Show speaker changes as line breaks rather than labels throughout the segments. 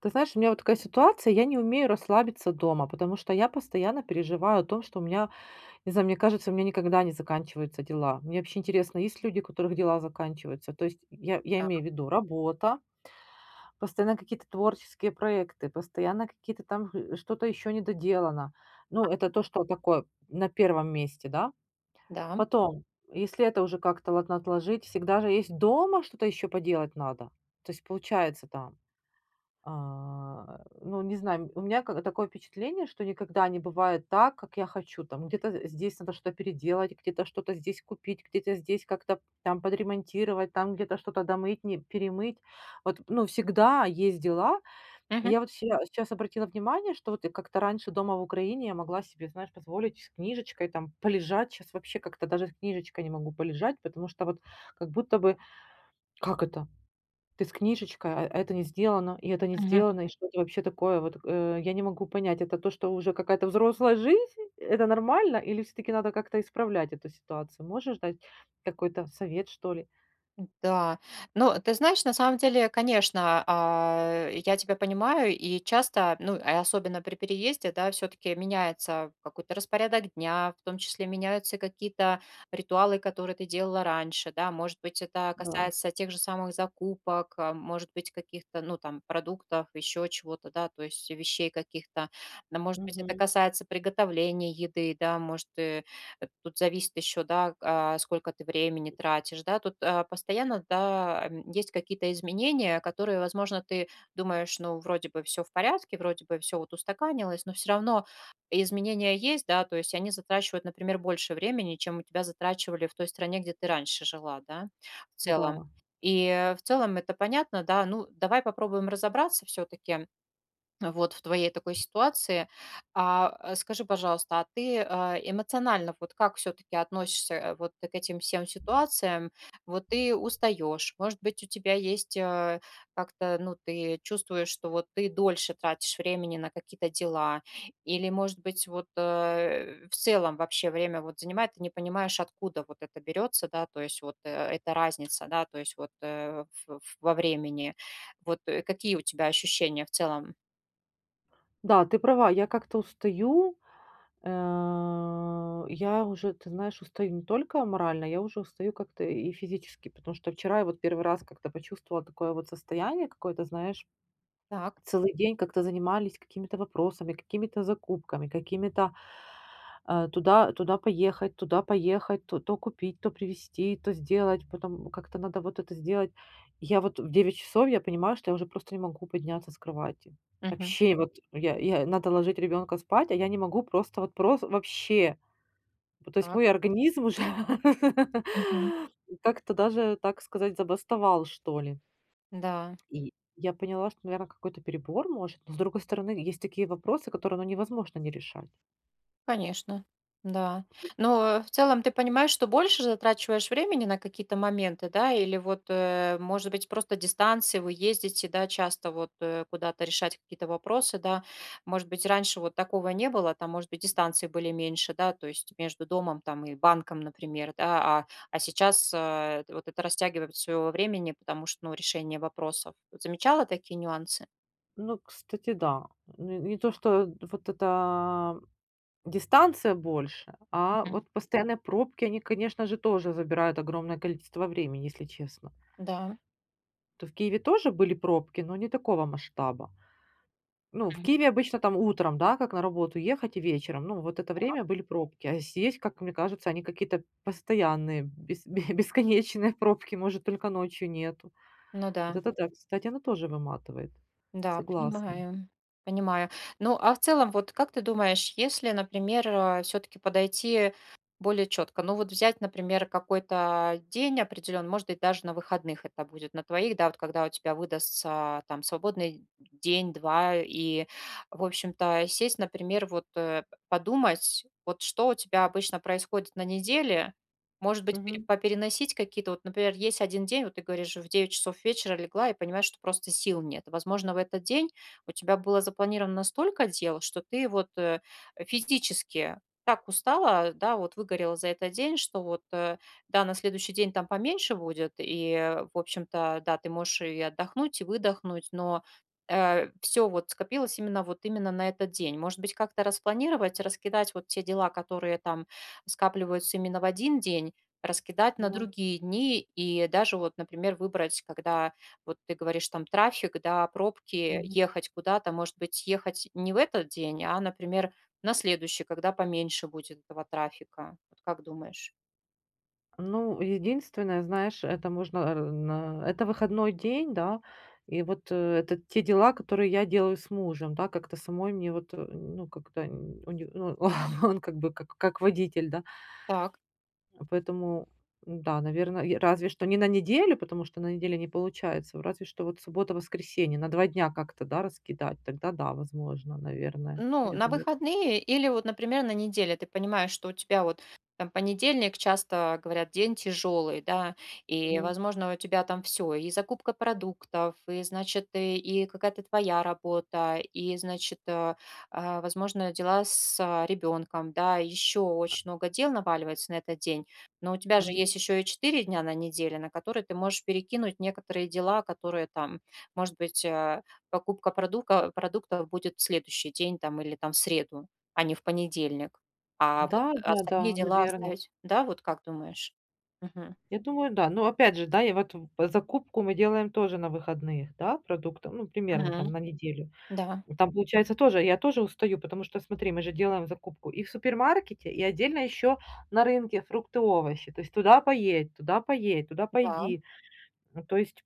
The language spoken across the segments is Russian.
Ты знаешь, у меня вот такая ситуация, я не умею расслабиться дома, потому что я постоянно переживаю о том, что у меня, не знаю, мне кажется, у меня никогда не заканчиваются дела. Мне вообще интересно, есть люди, у которых дела заканчиваются? То есть я
Да,
имею в виду работа, постоянно какие-то творческие проекты, постоянно какие-то что-то еще не доделано. Ну, это то, что такое на первом месте, да?
да.
Потом, если это уже как-то ладно отложить, всегда же есть дома что-то еще поделать надо. То есть получается не знаю, у меня ка такое впечатление, что никогда не бывает так, как я хочу. Там где-то здесь надо что-то переделать, где-то что-то здесь купить, где-то здесь как-то там подремонтировать, там где-то что-то домыть, не перемыть. Вот, ну, всегда есть дела. Я вот сейчас обратила внимание, что вот я как-то раньше дома в Украине я могла себе, знаешь, позволить с книжечкой там полежать. Сейчас вообще как-то даже с книжечкой не могу полежать, потому что вот как будто бы как это? Ты с книжечкой, а это не сделано, и это не
Мгм.
сделано, и что это вообще такое? Я не могу понять, это то, что уже какая-то взрослая жизнь, это нормально, или все таки надо как-то исправлять эту ситуацию? Можешь дать какой-то совет, что ли?
Да, но ты знаешь, на самом деле, конечно, я тебя понимаю, и часто, ну, и особенно при переезде, да, все-таки меняется какой-то распорядок дня, в том числе меняются какие-то ритуалы, которые ты делала раньше, да, может быть, это
Да.
касается тех же самых закупок, а, может быть, каких-то, ну, там, продуктов, еще чего-то, да, то есть вещей каких-то, да, может быть, это
Мгм.
касается приготовления еды, да, может, тут зависит еще, да, а, сколько ты времени тратишь, да. Тут, а, постоянно, да, м, есть какие-то изменения, которые, возможно, ты думаешь, ну, вроде бы все в порядке, вроде бы все вот устаканилось, но все равно изменения есть, да, то есть они затрачивают, например, больше времени, чем у тебя затрачивали в той стране, где ты раньше жила, да, в
Да.
целом. И в целом это понятно, да. Ну, давай попробуем разобраться все таки вот в твоей такой ситуации. Скажи, пожалуйста, а ты, а, эмоционально вот как все таки относишься, вот к этим всем ситуациям? Вот ты устаешь, может быть, у тебя есть, э, как-то, ну, ты чувствуешь, что вот ты дольше тратишь времени на какие-то дела, или, может быть, вот, э, в целом вообще время вот занимает, ты не понимаешь, откуда вот это берется, да, то есть вот, э, эта разница, да, то есть вот, э, в во времени. Вот, э, какие у тебя ощущения в целом?
Да, ты права, я как-то устаю. Я уже, ты знаешь, устаю не только морально, я уже устаю как-то и физически, потому что вчера я вот первый раз как-то почувствовала такое вот состояние какое-то, знаешь.
Так.
Целый день как-то занимались какими-то вопросами, какими-то закупками, какими-то, туда поехать, туда поехать, то купить, то привезти, то сделать, потом как-то надо вот это сделать. Я вот в 9 часов я понимаю, что я уже просто не могу подняться с кровати.
Мгм.
Вообще, вот я надо ложить ребенка спать, а я не могу просто вообще. Вот, то есть
Так.
мой организм уже
Мгм.
как-то даже, так сказать, забастовал, что ли.
Да,
И я поняла, что, наверное, какой-то перебор, может, но, с другой стороны, есть такие вопросы, которые, ну, невозможно не решать.
конечно. Да. Но, э, в целом ты понимаешь, что больше затрачиваешь времени на какие-то моменты, да? Или вот, э, может быть, просто дистанции, вы ездите, да, часто вот, э, куда-то решать какие-то вопросы, да? Может быть, раньше вот такого не было, там, может быть, дистанции были меньше, да, то есть между домом там и банком, например, да, а сейчас, э, вот это растягивает своего времени, потому что, ну, решение вопросов. Вот замечала такие нюансы?
Ну, кстати, да. Н Не то, что вот эта дистанция больше, а
Мгм.
вот постоянные пробки, они, конечно же, тоже забирают огромное количество времени, если честно.
Да.
То в Киеве тоже были пробки, но не такого масштаба. Ну, в Киеве обычно там утром, да, как на работу ехать и вечером. Ну, вот это время были пробки. А здесь, как мне кажется, они какие-то постоянные, бесконечные пробки, может, только ночью нету.
Ну
Вот
да,
это да, кстати, оно тоже выматывает.
да,
Согласна.
понимаю, понимаю. Ну, а в целом, вот как ты думаешь, если, например, все-таки подойти более четко, ну вот взять, например, какой-то день определенный, может быть, даже на выходных это будет, на твоих, да, вот когда у тебя выдастся там свободный день-два, и, в общем-то, сесть, например, подумать, вот что у тебя обычно происходит на неделе, может быть, пере
Мгм.
попереносить какие-то вот, например, есть один день, вот ты говоришь, в 9 часов вечера легла и понимаешь, что просто сил нет. Возможно, в этот день у тебя было запланировано столько дел, что ты вот, э, физически так устала, да, вот выгорела за этот день, что вот, э, да, на следующий день там поменьше будет, и, э, в общем-то, да, ты можешь и отдохнуть, и выдохнуть, но, все вот скопилось именно на этот день. Может быть, как-то распланировать, раскидать вот те дела, которые там скапливаются именно в один день, раскидать на
Да.
другие дни и даже вот, например, выбрать, когда вот ты говоришь там трафик, да, пробки,
Мгм.
ехать куда-то, может быть, ехать не в этот день, а, например, на следующий, когда поменьше будет этого трафика. Вот как думаешь?
Ну, единственное, знаешь, это можно, это выходной день, да, и это те дела, которые я делаю с мужем, да, как-то самой мне ну, как-то, н- у не- ну, он как бы как водитель, да.
Так.
Поэтому, да, наверное, разве что не на неделю, потому что на неделе не получается, разве что вот суббота-воскресенье на 2 дня как-то, да, раскидать, тогда да, возможно, наверное,
Ну,
я
на
думаю.
выходные или вот, например, на неделе. Ты понимаешь, что у тебя вот там понедельник, часто говорят, день тяжелый, да, и,
Мгм,
возможно, у тебя там все, и закупка продуктов, и, значит, и какая-то твоя работа, и, значит, э, а, возможно, дела с ребенком, да, еще очень много дел наваливается на этот день, но у тебя же
мгм.
есть еще и 4 дня на неделе, на которые ты можешь перекинуть некоторые дела, которые там, может быть, э, покупка продука продуктов будет в следующий день там или там в среду, а не в понедельник. А вот
Да,
остальные
да-да,
дела
наверное.
оставить. Да, вот как думаешь? Мгм.
Я думаю, да. Но опять же, да, я вот в по закупку мы делаем тоже на выходных, да, продуктов, ну, примерно
Мгм.
там на неделю.
Да,
Там получается тоже, я тоже устаю, потому что, смотри, мы же делаем закупку и в супермаркете, и отдельно еще на рынке фрукты, овощи. То есть туда поедь, туда поедь, туда
да,
пойди. Ну, то есть,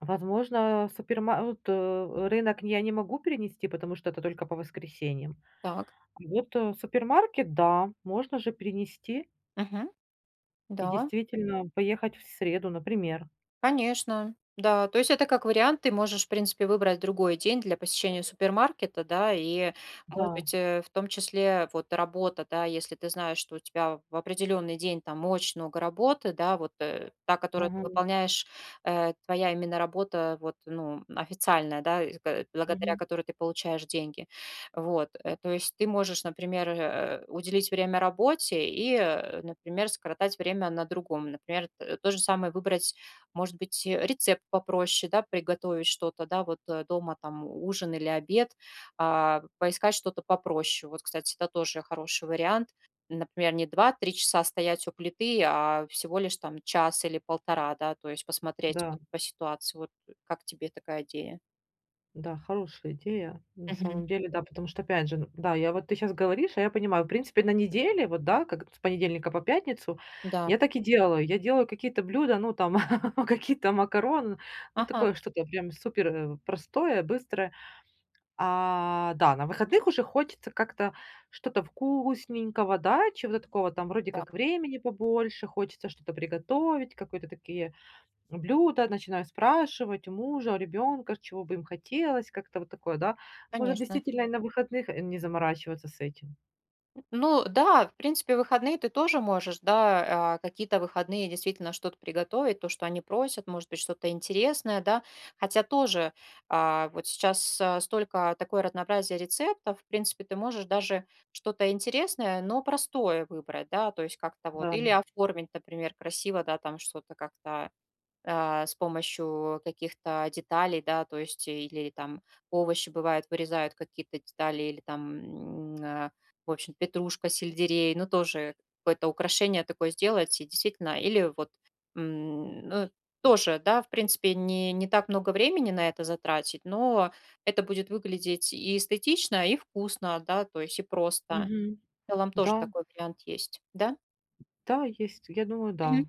возможно, рынок я не могу перенести, потому что это только по воскресеньям.
так.
А супермаркет, да, можно же перенести
Мгм.
и
Да.
действительно поехать в среду, например.
Конечно, да. То есть это как вариант, ты можешь, в принципе, выбрать другой день для посещения супермаркета, да, и, может
Да.
быть, э, в том числе вот работа, да, если ты знаешь, что у тебя в определенный день там очень много работы, да, вот э, та, которую ты
Мгм.
выполняешь, э, твоя именно работа, вот, ну, официальная, да, и благодаря
Мгм.
которой ты получаешь деньги. Вот, э, то есть ты можешь, например, э, уделить время работе и, э, например, скоротать время на другом. Например, то же самое выбрать может быть, э, рецепт попроще, да, приготовить что-то, да, вот э, дома там ужин или обед, а, поискать что-то попроще. Вот, кстати, это тоже хороший вариант. Например, не 2-3 часа стоять у плиты, а всего лишь там час или полтора, да, то есть посмотреть вот
Да.
по ситуации. Вот э, как тебе такая идея?
Да, хорошая идея, на
Мгм.
самом деле, да, потому что, опять же, н да, я вот ты сейчас говоришь, а я понимаю, в принципе, на неделе, вот, да, как с понедельника по пятницу,
Да.
я так и делаю. Я делаю какие-то блюда, ну, там, какие-то макароны, ну,
Ага,
такое что-то прям супер, простое, быстрое. А, да, на выходных уже хочется как-то что-то вкусненького, да, чего-то такого, там, вроде
да,
как времени побольше, хочется что-то приготовить, какой-то такие блюда, начинаю спрашивать у мужа, у ребенка, чего бы им хотелось, как-то вот такое, да. Может,
конечно.
действительно и на выходных не заморачиваться с этим.
Ну да, в принципе, выходные ты тоже можешь, да, а, какие-то выходные действительно что-то приготовить, то, что они просят, может быть, что-то интересное, да. Хотя тоже а, вот сейчас а, столько такое разнообразие рецептов, в принципе, ты можешь даже что-то интересное, но простое выбрать, да, то есть как-то вот,
Да.
или оформить, например, красиво, да, там что-то как-то а, с помощью каких-то деталей, да, то есть э, или там овощи бывают, вырезают какие-то детали, или там, м, а, в общем, петрушка, сельдерей, ну, тоже какое-то украшение такое сделать, и действительно, или вот, м, ну, тоже, да, в принципе, не так много времени на это затратить, но это будет выглядеть и эстетично, и вкусно, да, то есть и просто.
Мгм.
В целом тоже
Да,
такой вариант есть, да?
да, есть. Я думаю,
Мгм.
да.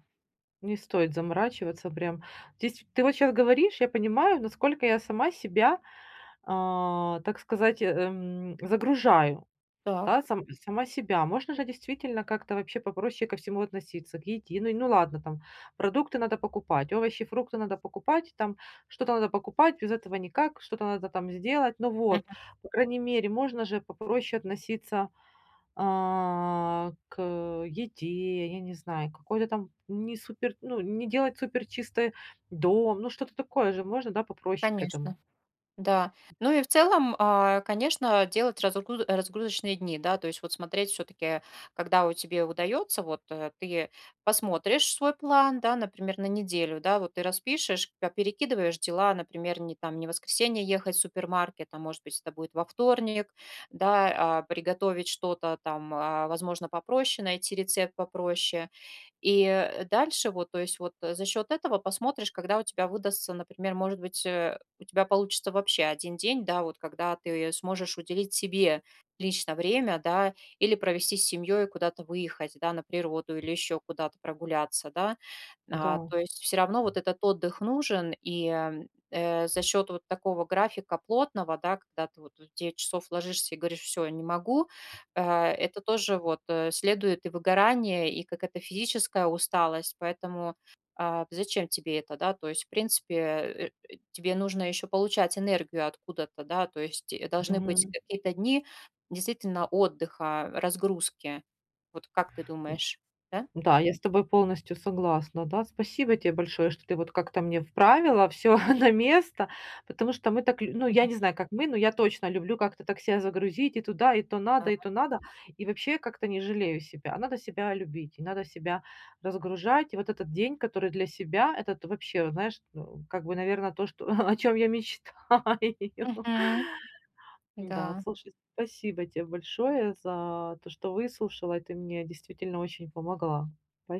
Не стоит заморачиваться прям. Здесь ты вот сейчас говоришь, я понимаю, насколько я сама себя, загружаю.
Так,
Да, сама себя. Можно же действительно как-то вообще попроще ко всему относиться, к еде. Ну ладно, там продукты надо покупать, овощи, фрукты надо покупать, там что-то надо покупать, без этого никак, что-то надо там сделать. Ну вот,
Мгм.
по крайней мере, можно же попроще относиться, к еде, я не знаю, какой-то там не супер, ну, не делать супер чистый дом, ну что-то такое же можно, да, попроще к этому.
Конечно. Да. Ну и в целом, а, конечно, делать разгрузочные дни, да, то есть вот смотреть все-таки, когда у тебя удается, вот э, ты посмотришь свой план, да, например, на неделю, да, вот ты распишешь, перекидываешь дела, например, не в воскресенье ехать в супермаркет, а может быть это будет во вторник, да, а, приготовить что-то там, а, возможно, попроще, найти рецепт попроще, и э, дальше вот, то есть вот э, за счет этого посмотришь, когда у тебя выдастся, например, может быть, э, у тебя получится вообще один день, да, вот когда ты сможешь уделить себе лично время, да, или провести с семьей, куда-то выехать, да, на природу или еще куда-то прогуляться, да.
Да.
А, то есть все равно вот этот отдых нужен, и, э, за счет вот такого графика плотного, да, когда ты вот в 9 часов ложишься и говоришь: все, не могу". А, это тоже вот, э, следует и выгорание, и какая-то физическая усталость, поэтому, а, зачем тебе это, да? То есть, в принципе, тебе нужно еще получать энергию откуда-то, да, то есть э, должны быть какие-то дни действительно отдыха, разгрузки. Вот как ты думаешь, да?
Да, я с тобой полностью согласна, да. Спасибо тебе большое, что ты вот как-то мне вправила все на место, потому что мы так лю ну, я
Мгм.
не знаю, как мы, но я точно люблю как-то так себя загрузить и туда, и то надо, и то надо. И вообще как-то не жалею себя. А надо себя любить, и надо себя разгружать. И вот этот день, который для себя, этот вообще, знаешь, ну, как бы, наверное, то, что о чем я мечтаю.
Мгм. Да.
Да, слушай, спасибо тебе большое за то, что выслушала, и ты мне действительно очень помогла.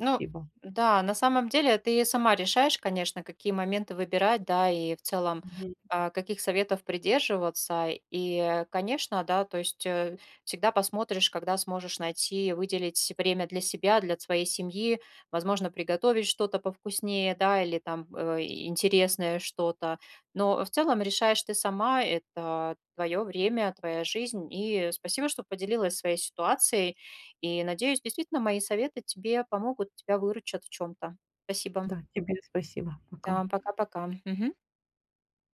Ну да, на самом деле а ты сама решаешь, конечно, какие моменты выбирать, да, и в целом,
Мгм.
а, каких советов придерживаться. И, э, конечно, да, то есть, э, всегда посмотришь, когда сможешь найти, выделить время для себя, для своей семьи, возможно, приготовить что-то повкуснее, да, или там, э, интересное что-то. Но в целом решаешь ты сама, это твое время, твоя жизнь. И спасибо, что поделилась своей ситуацией. И надеюсь, действительно, мои советы тебе помогут, тебя выручат в чем-то. Спасибо.
Да, тебе спасибо.
Да,
Пока.
пока-пока. Мгм.